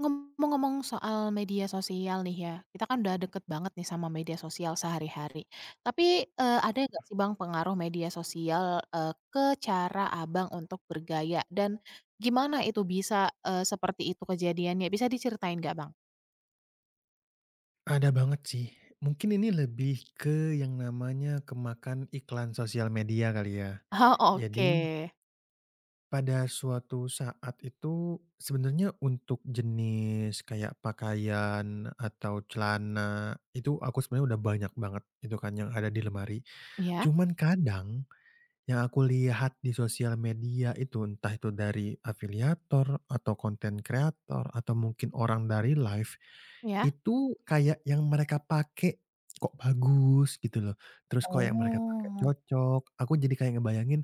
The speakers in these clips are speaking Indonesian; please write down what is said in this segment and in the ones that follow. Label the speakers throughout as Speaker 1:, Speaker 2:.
Speaker 1: Ngomong-ngomong soal media sosial nih ya, kita kan udah deket banget nih sama media sosial sehari-hari. Tapi, ada nggak sih Bang pengaruh media sosial, ke cara Abang untuk bergaya dan gimana itu bisa, seperti itu kejadiannya? Bisa diceritain nggak Bang?
Speaker 2: Ada banget sih. Mungkin ini lebih ke yang namanya kemakan iklan sosial media kali ya.
Speaker 1: Oh,
Speaker 2: Jadi
Speaker 1: oke.
Speaker 2: pada suatu saat itu sebenarnya untuk jenis kayak pakaian atau celana itu aku sebenarnya udah banyak banget itu kan yang ada di lemari.
Speaker 1: Ya.
Speaker 2: Cuman kadang yang aku lihat di sosial media itu, entah itu dari afiliator atau konten kreator atau mungkin orang dari live,
Speaker 1: Ya.
Speaker 2: itu kayak yang mereka pakai kok bagus gitu loh, terus kok yang mereka pakai
Speaker 1: Oh.
Speaker 2: cocok, aku jadi kayak ngebayangin,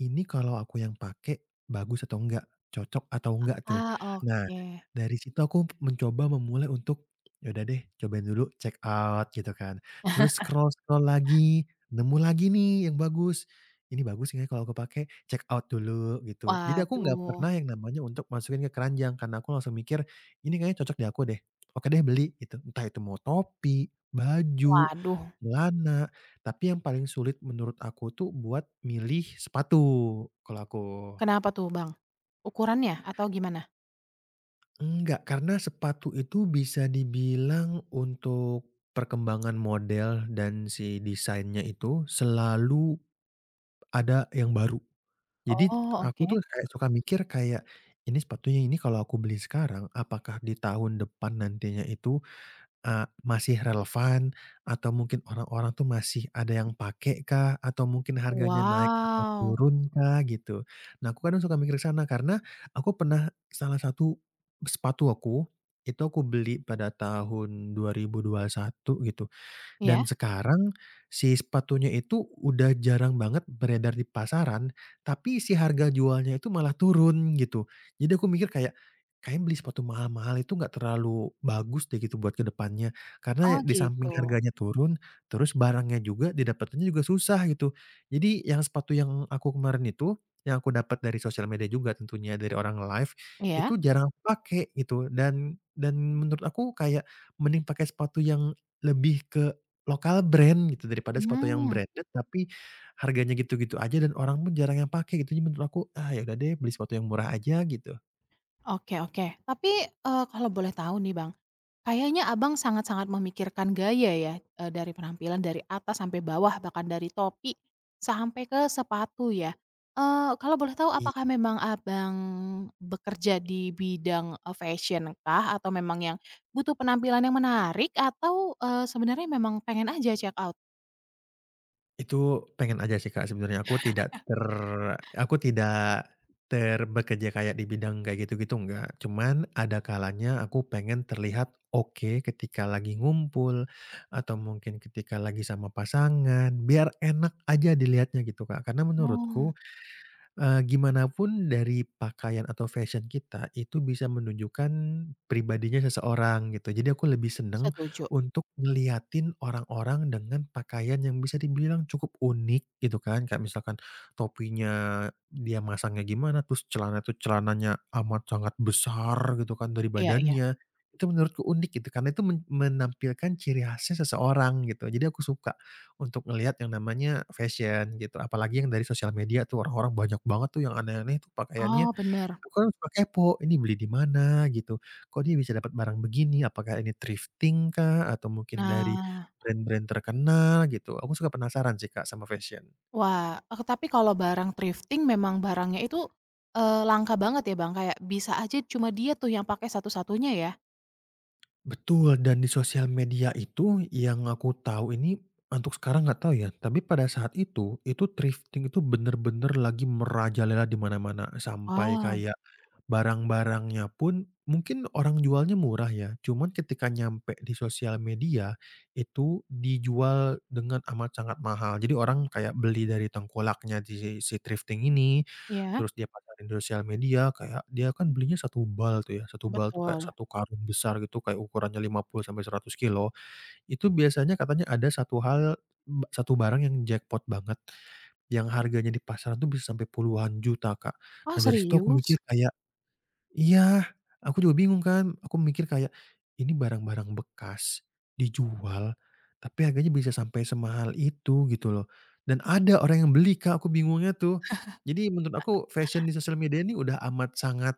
Speaker 2: "Ini kalau aku yang pakai bagus atau enggak? Cocok atau enggak tuh?"
Speaker 1: Ah,
Speaker 2: Nah,
Speaker 1: oke.
Speaker 2: dari situ aku mencoba memulai untuk, "Ya udah deh cobain dulu check out," gitu kan. Terus scroll-scroll lagi, nemu lagi nih yang bagus, ini bagus nih kalau aku pakai, check out dulu gitu. Jadi aku nggak
Speaker 1: Waduh.
Speaker 2: pernah yang namanya untuk masukin ke keranjang karena aku langsung mikir, "Ini kayaknya cocok di aku deh, oke deh beli," gitu. Entah itu mau topi, baju,
Speaker 1: Waduh.
Speaker 2: celana, tapi yang paling sulit menurut aku tuh buat milih sepatu kalau aku.
Speaker 1: Kenapa tuh Bang? Ukurannya atau gimana?
Speaker 2: Enggak, karena sepatu itu bisa dibilang untuk perkembangan model dan si desainnya itu selalu ada yang baru. Jadi
Speaker 1: Oh,
Speaker 2: aku
Speaker 1: oke.
Speaker 2: tuh kayak suka mikir kayak, "Ini sepatunya ini kalau aku beli sekarang, apakah di tahun depan nantinya itu, masih relevan? Atau mungkin orang-orang tuh masih ada yang pakai kah? Atau mungkin harganya naik atau
Speaker 1: Wow.
Speaker 2: turun kah?" Gitu. Nah, aku kadang suka mikir ke sana karena aku pernah salah satu sepatu aku, itu aku beli pada tahun 2021 gitu.
Speaker 1: Ya.
Speaker 2: Dan sekarang si sepatunya itu udah jarang banget beredar di pasaran, tapi si harga jualnya itu malah turun gitu. Jadi aku mikir kayak, kayaknya beli sepatu mahal-mahal itu nggak terlalu bagus deh gitu buat ke depannya.
Speaker 1: Oh
Speaker 2: Karena di samping
Speaker 1: gitu.
Speaker 2: harganya turun, terus barangnya juga didapetinnya juga susah gitu. Jadi yang sepatu yang aku kemarin itu, yang aku dapat dari sosial media juga tentunya dari orang live,
Speaker 1: Iya?
Speaker 2: itu jarang aku pakai gitu dan menurut aku kayak mending pakai sepatu yang lebih ke lokal brand gitu daripada sepatu yang
Speaker 1: Mhm,
Speaker 2: branded tapi harganya gitu-gitu aja dan orang pun jarang yang pakai gitu, jadi menurut aku, "Ah, ya udah deh beli sepatu yang murah aja," gitu.
Speaker 1: oke oke. Tapi, kalau boleh tahu nih Bang, kayaknya Abang sangat-sangat memikirkan gaya ya, dari penampilan dari atas sampai bawah, bahkan dari topi sampai ke sepatu ya. Kalau boleh tahu
Speaker 2: Iya,
Speaker 1: apakah memang Abang bekerja di bidang, fashion kah? Atau memang yang butuh penampilan yang menarik? Atau, sebenarnya memang pengen aja check out?
Speaker 2: itu pengen aja sih, Kak, sebenarnya aku tidak terbekerja kayak di bidang kayak gitu-gitu enggak, cuman ada kalanya aku pengen terlihat oke ketika lagi ngumpul atau mungkin ketika lagi sama pasangan, biar enak aja dilihatnya gitu, Kak. Karena
Speaker 1: Oh,
Speaker 2: menurutku gimana pun dari pakaian atau fashion kita itu bisa menunjukkan pribadinya seseorang gitu. Jadi aku lebih seneng
Speaker 1: setuju.
Speaker 2: untuk ngeliatin orang-orang dengan pakaian yang bisa dibilang cukup unik gitu kan. Kayak misalkan topinya dia masangnya gimana, terus celana itu celananya amat sangat besar gitu kan dari
Speaker 1: Iya iya.
Speaker 2: badannya. Itu menurutku unik gitu karena itu menampilkan ciri khasnya seseorang gitu. Jadi aku suka untuk ngelihat yang namanya fashion gitu, apalagi yang dari sosial media tuh orang-orang banyak banget tuh yang aneh-aneh tuh pakaiannya.
Speaker 1: Oh, bener.
Speaker 2: Aku kan suka kepo, ini beli di mana gitu, kok dia bisa dapat barang begini, apakah ini thrifting kah, atau mungkin dari
Speaker 1: Nah.
Speaker 2: brand-brand terkenal gitu. Aku suka penasaran sih Kak sama fashion.
Speaker 1: Wah, tapi kalau barang thrifting memang barangnya itu, langka banget ya, Bang? Kayak bisa aja cuma dia tuh yang pakai satu-satunya ya?
Speaker 2: Betul, dan di sosial media itu yang aku tahu ini untuk sekarang nggak tahu ya, tapi pada saat itu thrifting itu bener-bener lagi merajalela di mana-mana sampai
Speaker 1: Wow,
Speaker 2: kayak barang-barangnya pun mungkin orang jualnya murah ya, cuman ketika nyampe di sosial media, itu dijual dengan amat sangat mahal. Jadi orang kayak beli dari tengkolaknya di si thrifting ini,
Speaker 1: iya.
Speaker 2: terus dia pasarin di sosial media, kayak dia kan belinya satu bal tuh ya, satu bal tuh kayak
Speaker 1: Betul.
Speaker 2: satu karung besar gitu, kayak ukurannya 50 sampai 100 kilo. Itu biasanya katanya ada satu hal, 1 barang yang jackpot banget, yang harganya di pasaran tuh bisa sampai puluhan juta, Kak.
Speaker 1: Oh,
Speaker 2: Nah, dari situ aku
Speaker 1: serius?
Speaker 2: mikir kayak, iya, aku juga bingung kan, aku mikir kayak, ini barang-barang bekas dijual, tapi harganya bisa sampai semahal itu gitu loh, dan ada orang yang beli Kak, aku bingungnya tuh. Jadi menurut aku fashion di sosial media ini udah amat sangat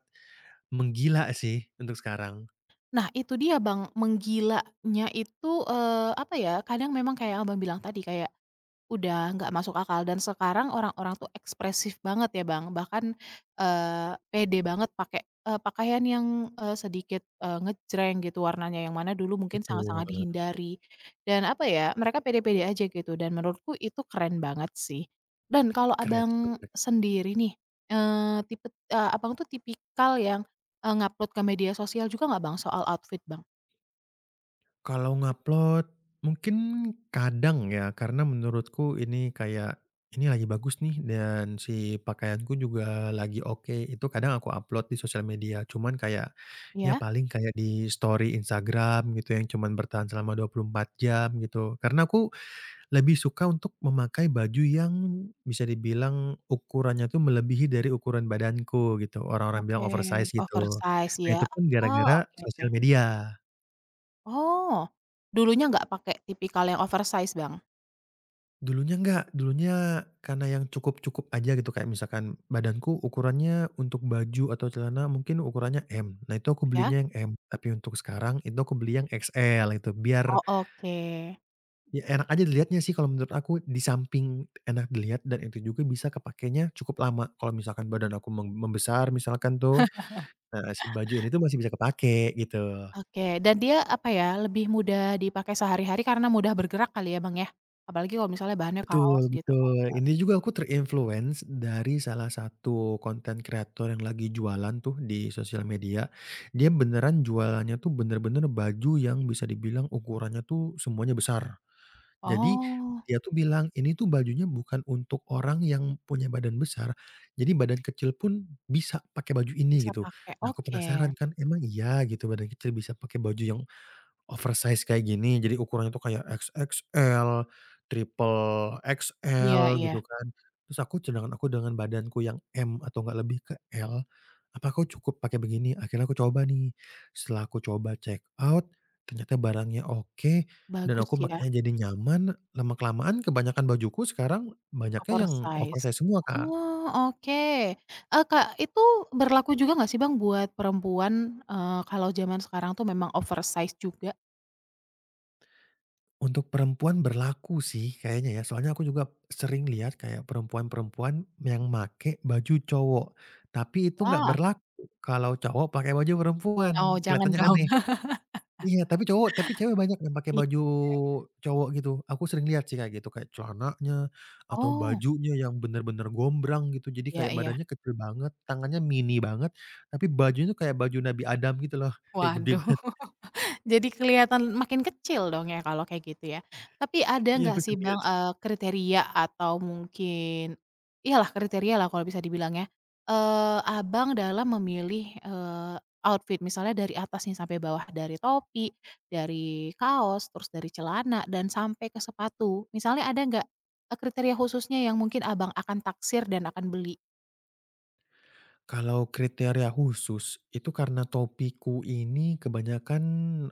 Speaker 2: menggila sih untuk sekarang.
Speaker 1: Nah, itu dia, Bang, menggilanya itu, eee, apa ya, kadang memang kayak yang Abang bilang tadi, kayak udah nggak masuk akal dan sekarang orang-orang tuh ekspresif banget ya Bang, bahkan, pede banget pakai, pakaian yang, sedikit, ngejreng gitu warnanya, yang mana dulu mungkin
Speaker 2: Betul,
Speaker 1: sangat-sangat dihindari. Dan apa ya, mereka pede-pede aja gitu dan menurutku itu keren banget sih. Dan kalau
Speaker 2: keren sih.
Speaker 1: Abang sendiri nih, tipe Abang tuh tipikal yang, nge ke media sosial juga nggak Bang soal outfit Bang?
Speaker 2: Kalau ngupload, mungkin kadang ya, karena menurutku ini kayak, ini lagi bagus nih dan si pakaianku juga lagi oke, itu kadang aku upload di sosial media. Cuman kayak, ya
Speaker 1: Ya.
Speaker 2: paling kayak di story Instagram gitu yang cuman bertahan selama 24 jam gitu. Karena aku lebih suka untuk memakai baju yang bisa dibilang ukurannya tuh melebihi dari ukuran badanku gitu, orang-orang
Speaker 1: Oke,
Speaker 2: bilang oversize gitu.
Speaker 1: oversize
Speaker 2: Nah
Speaker 1: ya?
Speaker 2: itu pun
Speaker 1: Oh,
Speaker 2: gara-gara
Speaker 1: oke.
Speaker 2: sosial media.
Speaker 1: Oh, dulunya nggak pakai tipikal yang oversize, Bang,
Speaker 2: Dulunya enggak, dulunya karena yang cukup-cukup aja gitu, kayak misalkan badanku ukurannya untuk baju atau celana mungkin ukurannya M, nah itu aku
Speaker 1: ya?
Speaker 2: belinya yang M, tapi untuk sekarang itu aku beli yang XL itu,
Speaker 1: Oh,
Speaker 2: biar
Speaker 1: oke.
Speaker 2: ya enak aja dilihatnya sih kalau menurut aku, di samping enak dilihat dan itu juga bisa kepakainya cukup lama, kalau misalkan badan aku membesar misalkan tuh, nah si baju ini tuh masih bisa kepakai gitu.
Speaker 1: Oke, dan dia, apa ya, lebih mudah dipakai sehari-hari karena mudah bergerak kali ya, Bang, ya? Apalagi kalau misalnya bahannya kaos
Speaker 2: Betul,
Speaker 1: gitu, oke.
Speaker 2: betul. Ini juga aku dari salah satu konten kreator yang lagi jualan tuh di sosial media. Dia beneran jualannya tuh bener-bener baju yang bisa dibilang ukurannya tuh semuanya besar. Jadi
Speaker 1: Oh,
Speaker 2: dia tuh bilang, "Ini tuh bajunya bukan untuk orang yang punya badan besar, jadi badan kecil pun bisa pakai baju
Speaker 1: bisa
Speaker 2: ini," gitu.
Speaker 1: pakai,
Speaker 2: Nah, aku
Speaker 1: oke.
Speaker 2: penasaran kan, emang iya gitu badan kecil bisa pakai baju yang oversize kayak gini, jadi ukurannya tuh kayak XXL, triple
Speaker 1: Iya
Speaker 2: XL
Speaker 1: iya,
Speaker 2: gitu kan. Terus aku sedangkan aku dengan badanku yang M atau enggak lebih ke L, apa aku cukup pakai begini? Akhirnya aku coba nih, setelah aku coba check out, ternyata barangnya oke, dan
Speaker 1: bagus
Speaker 2: aku
Speaker 1: ya,
Speaker 2: makanya jadi nyaman, lama kelamaan kebanyakan bajuku sekarang banyaknya yang
Speaker 1: oversize.
Speaker 2: oversize semua, Kak.
Speaker 1: Oh, oke. Kak, itu berlaku juga nggak sih, Bang, buat perempuan, kalau zaman sekarang tuh memang oversize juga?
Speaker 2: Untuk perempuan berlaku sih kayaknya ya, soalnya aku juga sering lihat kayak perempuan-perempuan yang make baju cowok, tapi itu nggak
Speaker 1: Wah,
Speaker 2: berlaku kalau cowok pakai baju perempuan,
Speaker 1: oh jangan
Speaker 2: kelihatannya
Speaker 1: dong.
Speaker 2: aneh. Iya, tapi cowok tapi cewek banyak yang pakai
Speaker 1: Iya.
Speaker 2: baju cowok gitu, aku sering lihat sih kayak gitu, kayak celananya atau
Speaker 1: Oh.
Speaker 2: bajunya yang bener-bener gombrang gitu, jadi
Speaker 1: Iya
Speaker 2: kayak
Speaker 1: iya.
Speaker 2: badannya kecil banget, tangannya mini banget, tapi bajunya tuh kayak baju Nabi Adam gitu loh, kayak gede
Speaker 1: Waduh,
Speaker 2: banget.
Speaker 1: jadi kelihatan makin kecil dong ya kalau kayak gitu ya. Tapi ada
Speaker 2: Iya,
Speaker 1: nggak
Speaker 2: aku
Speaker 1: sih
Speaker 2: sering
Speaker 1: Bang,
Speaker 2: lihat sih.
Speaker 1: kriteria atau mungkin iyalah kriteria lah kalau bisa dibilang ya, Abang dalam memilih, outfit misalnya dari atas nih sampai bawah, dari topi, dari kaos, terus dari celana, dan sampai ke sepatu. Misalnya ada nggak, kriteria khususnya yang mungkin Abang akan taksir dan akan beli?
Speaker 2: Kalau kriteria khusus, itu karena topiku ini kebanyakan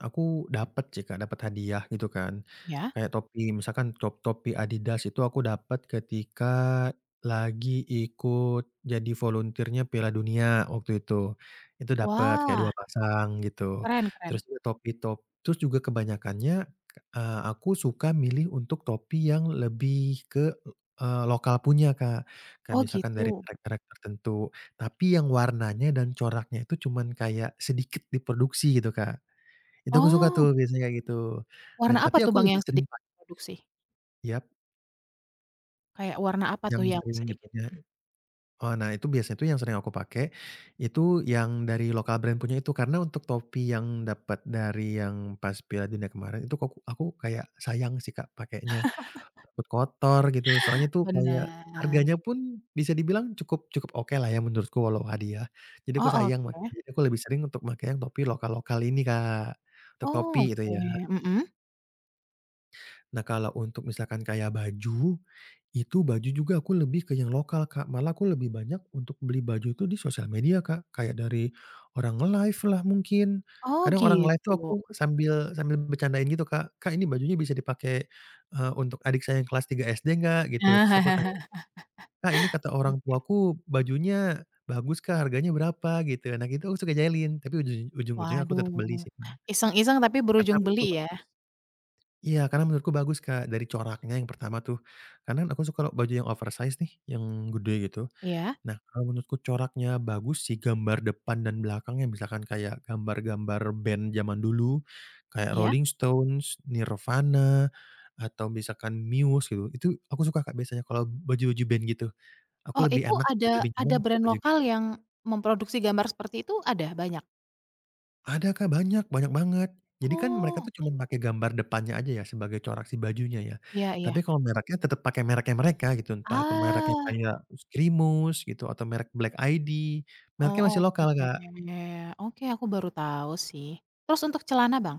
Speaker 2: aku dapat sih Kak, dapat hadiah gitu kan.
Speaker 1: Ya?
Speaker 2: Kayak topi misalkan topi Adidas itu aku dapat ketika lagi ikut jadi volunteer Piala Dunia waktu itu. Itu dapat kayak 2
Speaker 1: Wah,
Speaker 2: pasang gitu.
Speaker 1: keren keren.
Speaker 2: Terus juga topi top terus juga kebanyakannya, aku suka milih untuk topi yang lebih ke, lokal punya Kak, kayak
Speaker 1: Oh
Speaker 2: misalkan dari
Speaker 1: gitu.
Speaker 2: merek-merek tertentu. Tapi yang warnanya dan coraknya itu cuman kayak sedikit diproduksi gitu, Kak. Itu aku suka tuh
Speaker 1: Oh.
Speaker 2: biasanya kayak gitu. Dan
Speaker 1: Warna apa
Speaker 2: tapi
Speaker 1: tuh
Speaker 2: aku
Speaker 1: Bang
Speaker 2: lebih
Speaker 1: yang
Speaker 2: sering
Speaker 1: sedikit produksi?
Speaker 2: yap,
Speaker 1: Kayak warna apa
Speaker 2: yang
Speaker 1: tuh yang
Speaker 2: sering
Speaker 1: sedikit?
Speaker 2: itunya oh, nah itu biasanya tuh yang sering aku pakai, itu yang dari lokal brand punya itu. Karena untuk topi yang dapat dari yang pas Piala Dunia kemarin itu aku kayak sayang sih, Kak, pakainya. Takut kotor gitu, soalnya tuh kayak
Speaker 1: Bener.
Speaker 2: harganya pun bisa dibilang cukup cukup okelah ya menurutku walau hadiah. Jadi aku
Speaker 1: Oh
Speaker 2: sayang makanya,
Speaker 1: oke.
Speaker 2: jadi aku lebih sering untuk pakai yang topi lokal-lokal ini, Kak, untuk
Speaker 1: Oh
Speaker 2: topi itu
Speaker 1: oke,
Speaker 2: ya.
Speaker 1: mhm.
Speaker 2: Nah, kalau untuk misalkan kayak baju, itu baju juga aku lebih ke yang lokal, Kak, malah aku lebih banyak untuk beli baju itu di sosial media, Kak, kayak dari orang live lah mungkin.
Speaker 1: Oh
Speaker 2: Kadang orang live tuh
Speaker 1: gitu.
Speaker 2: aku sambil sambil bercandain gitu, Kak, "Kak, ini bajunya bisa dipakai, untuk adik saya yang kelas 3 SD nggak?" Gitu, terus aku tanya, "Kak, ini kata orang tuaku bajunya bagus Kak, harganya berapa?" Gitu. Nah, gitu aku suka jahilin, tapi ujung-ujungnya aku tetap beli
Speaker 1: Waduh,
Speaker 2: sih Kak,
Speaker 1: iseng-iseng tapi
Speaker 2: karena
Speaker 1: berujung
Speaker 2: menurutku
Speaker 1: beli ya?
Speaker 2: bagus. Iya, karena menurutku bagus Kak, dari coraknya yang pertama tuh. Karena kan aku suka kalau baju yang oversize nih, yang gede gitu.
Speaker 1: Iya
Speaker 2: Nah, kalau menurutku coraknya bagus sih, gambar depan dan belakangnya, misalkan kayak gambar-gambar band zaman dulu, kayak
Speaker 1: iya.
Speaker 2: Rolling Stones, Nirvana, atau misalkan Muse gitu, itu aku suka Kak biasanya kalau baju-baju band gitu. Aku
Speaker 1: Oh
Speaker 2: lebih
Speaker 1: itu
Speaker 2: enak dan lebih nyaman
Speaker 1: ada
Speaker 2: pakai
Speaker 1: brand
Speaker 2: baju
Speaker 1: lokal
Speaker 2: gitu.
Speaker 1: yang memproduksi gambar seperti itu ada banyak?
Speaker 2: Ada Kak, banyak banyak banget. Jadi kan mereka
Speaker 1: Oh,
Speaker 2: tuh cuman pakai gambar depannya aja ya sebagai corak si bajunya ya.
Speaker 1: iya iya.
Speaker 2: Tapi kalau mereknya tetap pakai mereknya mereka gitu, entah itu mereknya
Speaker 1: Ah,
Speaker 2: kayak Skrimus gitu atau merek Black ID, mereknya masih
Speaker 1: oh
Speaker 2: lokal
Speaker 1: oke.
Speaker 2: Kak.
Speaker 1: Oke aku baru tahu sih. Terus untuk celana Bang?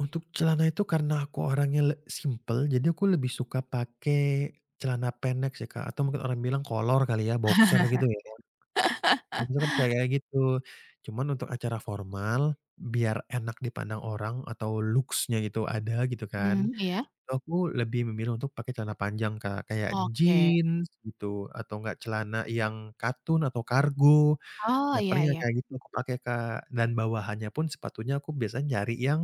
Speaker 2: Untuk celana itu karena aku orangnya simpel, jadi aku lebih suka pakai celana pendek sih Kak, atau mungkin orang bilang kolor kali ya, boxer gitu ya. Itu kan kayak gitu. Cuman untuk acara formal, biar enak dipandang orang atau looks-nya itu ada gitu
Speaker 1: Mmm,
Speaker 2: kan,
Speaker 1: iya?
Speaker 2: itu aku lebih memilih untuk pakai celana panjang, Kak, kayak
Speaker 1: Oke.
Speaker 2: jeans gitu, atau enggak celana yang katun atau kargo.
Speaker 1: Oh
Speaker 2: Nah,
Speaker 1: iya
Speaker 2: paling yang
Speaker 1: iya.
Speaker 2: kayak gitu aku pakai, Kak, dan bawahannya pun sepatunya aku biasanya nyari yang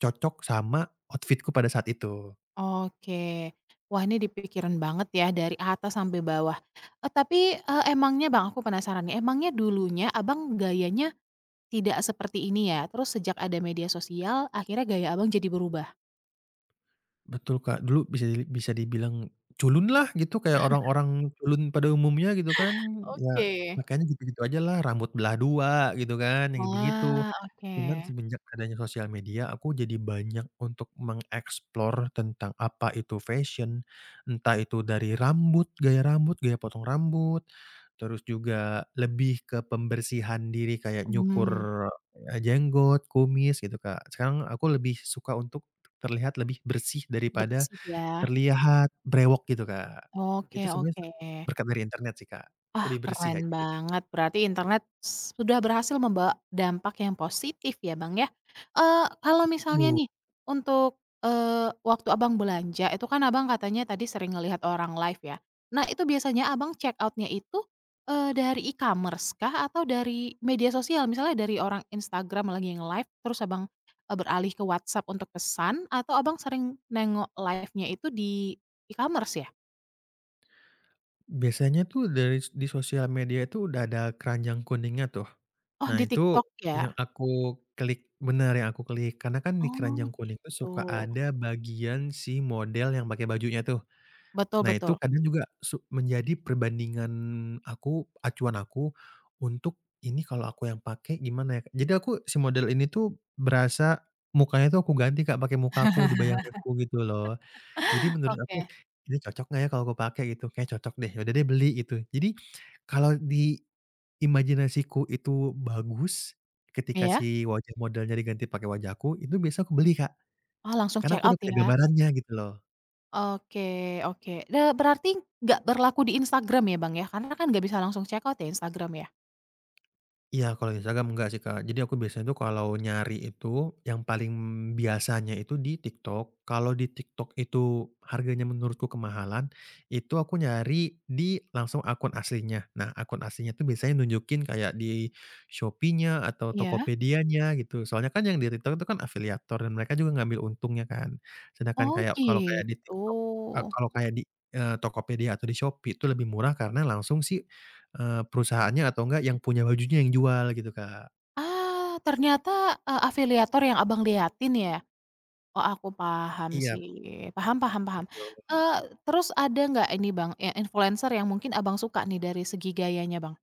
Speaker 2: cocok sama outfit-ku pada saat itu.
Speaker 1: Oke. Wah, ini dipikirin banget ya dari atas sampai bawah. Tapi, emangnya Bang, aku penasaran nih, emangnya dulunya Abang gayanya tidak seperti ini ya? Terus sejak ada media sosial akhirnya gaya Abang jadi berubah?
Speaker 2: Betul, Kak. Dulu bisa dibilang culun lah gitu, kayak orang-orang culun pada umumnya gitu kan. Ya
Speaker 1: Oke.
Speaker 2: pakaiannya gitu-gitu aja lah rambut belah dua gitu kan, yang begitu.
Speaker 1: Wah, oke.
Speaker 2: Cuman semenjak adanya sosial media, aku jadi banyak untuk mengeksplor tentang apa itu fashion, entah itu dari rambut, gaya potong rambut, terus juga lebih ke pembersihan diri kayak nyukur,
Speaker 1: Hmm,
Speaker 2: jenggot, kumis gitu, Kak. Sekarang aku lebih suka untuk terlihat lebih bersih daripada
Speaker 1: bersih ya.
Speaker 2: terlihat brewok gitu, Kak.
Speaker 1: Oke
Speaker 2: Itu sebenarnya
Speaker 1: oke.
Speaker 2: berkat dari internet sih, Kak.
Speaker 1: Wah,
Speaker 2: Lebih bersih
Speaker 1: keren
Speaker 2: aja gitu.
Speaker 1: banget. Berarti internet sudah berhasil membawa dampak yang positif ya, Bang, ya. Kalau misalnya
Speaker 2: Wow,
Speaker 1: nih untuk, waktu Abang belanja itu kan Abang katanya tadi sering ngelihat orang live ya. Nah, itu biasanya Abang check out-nya itu, dari e-commerce kah atau dari media sosial? Misalnya dari orang Instagram lagi nge-live terus Abang, beralih ke WhatsApp untuk pesan atau Abang sering nengok live-nya itu di e-commerce ya?
Speaker 2: biasanya tuh dari s di sosial media itu udah ada keranjang kuningnya tuh.
Speaker 1: Oh,
Speaker 2: Nah
Speaker 1: di
Speaker 2: itu
Speaker 1: TikTok ya?
Speaker 2: yang aku klik, benar yang aku klik. Karena kan di
Speaker 1: Oh,
Speaker 2: keranjang kuning tuh
Speaker 1: gitu.
Speaker 2: suka ada bagian si model yang pakai bajunya tuh.
Speaker 1: Betul
Speaker 2: Nah, itu
Speaker 1: betul.
Speaker 2: kadang juga menjadi perbandingan aku, acuan aku untuk, "Ini kalau aku yang pakai gimana ya?" Kak? Jadi aku si model ini tuh berasa mukanya tuh aku ganti, Kak, pakai muka aku di bayanganku gitu loh. Jadi menurut aku,
Speaker 1: Oke.
Speaker 2: "Ini cocok nggak ya kalau aku pakai?" Gitu, kayak cocok deh, ya udah deh beli." Gitu. Jadi kalau di imajinasiku itu bagus, ketika
Speaker 1: Iya?
Speaker 2: si wajah modelnya diganti pakai wajahku itu biasa aku beli, Kak,
Speaker 1: Oh, langsung
Speaker 2: karena
Speaker 1: check
Speaker 2: aku
Speaker 1: out
Speaker 2: udah punya
Speaker 1: ya?
Speaker 2: gambarannya gitu loh.
Speaker 1: Oke oke. Berarti nggak berlaku di Instagram ya, Bang, ya? Karena kan nggak bisa langsung check out ya Instagram ya?
Speaker 2: Iya, kalau Instagram enggak sih, Kak. Jadi aku biasanya tuh kalau nyari itu, yang paling biasanya itu di TikTok. Kalau di TikTok itu harganya menurutku kemahalan, itu aku nyari di langsung akun aslinya. Nah, akun aslinya tuh biasanya nunjukin kayak di Shopee-nya atau
Speaker 1: Iya?
Speaker 2: Tokopedia-nya gitu. Soalnya kan yang di TikTok itu kan afiliator dan mereka juga ngambil untungnya kan. Sedangkan
Speaker 1: Oh,
Speaker 2: kayak kalau
Speaker 1: gitu.
Speaker 2: kayak di TikTok kalau kayak di, Tokopedia atau di Shopee itu lebih murah karena langsung si perusahaannya atau enggak yang punya bajunya yang jual gitu, Kak.
Speaker 1: Ah, ternyata, afiliator yang Abang liatin ya? Oh, aku paham
Speaker 2: Iya,
Speaker 1: sih. Paham paham paham.
Speaker 2: betul.
Speaker 1: Eee, Terus ada nggak ini, Bang, ya influencer yang mungkin Abang suka nih dari segi gayanya, Bang?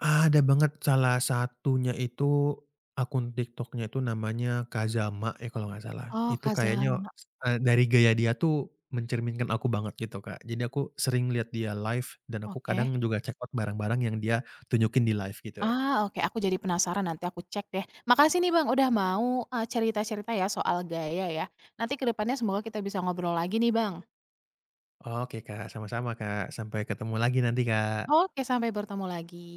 Speaker 2: Ada banget, salah satunya itu akun TikTok-nya itu namanya Kazama ya kalau nggak salah.
Speaker 1: Oh,
Speaker 2: Itu kayaknya,
Speaker 1: Kazama,
Speaker 2: dari gaya dia tuh mencerminkan aku banget gitu, Kak. Jadi aku sering lihat dia live dan aku
Speaker 1: oke.
Speaker 2: kadang juga check out barang-barang yang dia tunjukin di live gitu.
Speaker 1: Ah, oke aku jadi penasaran nanti aku cek deh. Makasih nih Bang udah mau, cerita-cerita ya soal gaya ya. Nanti ke depannya semoga kita bisa ngobrol lagi nih Bang.
Speaker 2: Oke, Kak, sama-sama, Kak. Sampai ketemu lagi nanti, Kak.
Speaker 1: Oke sampai bertemu lagi.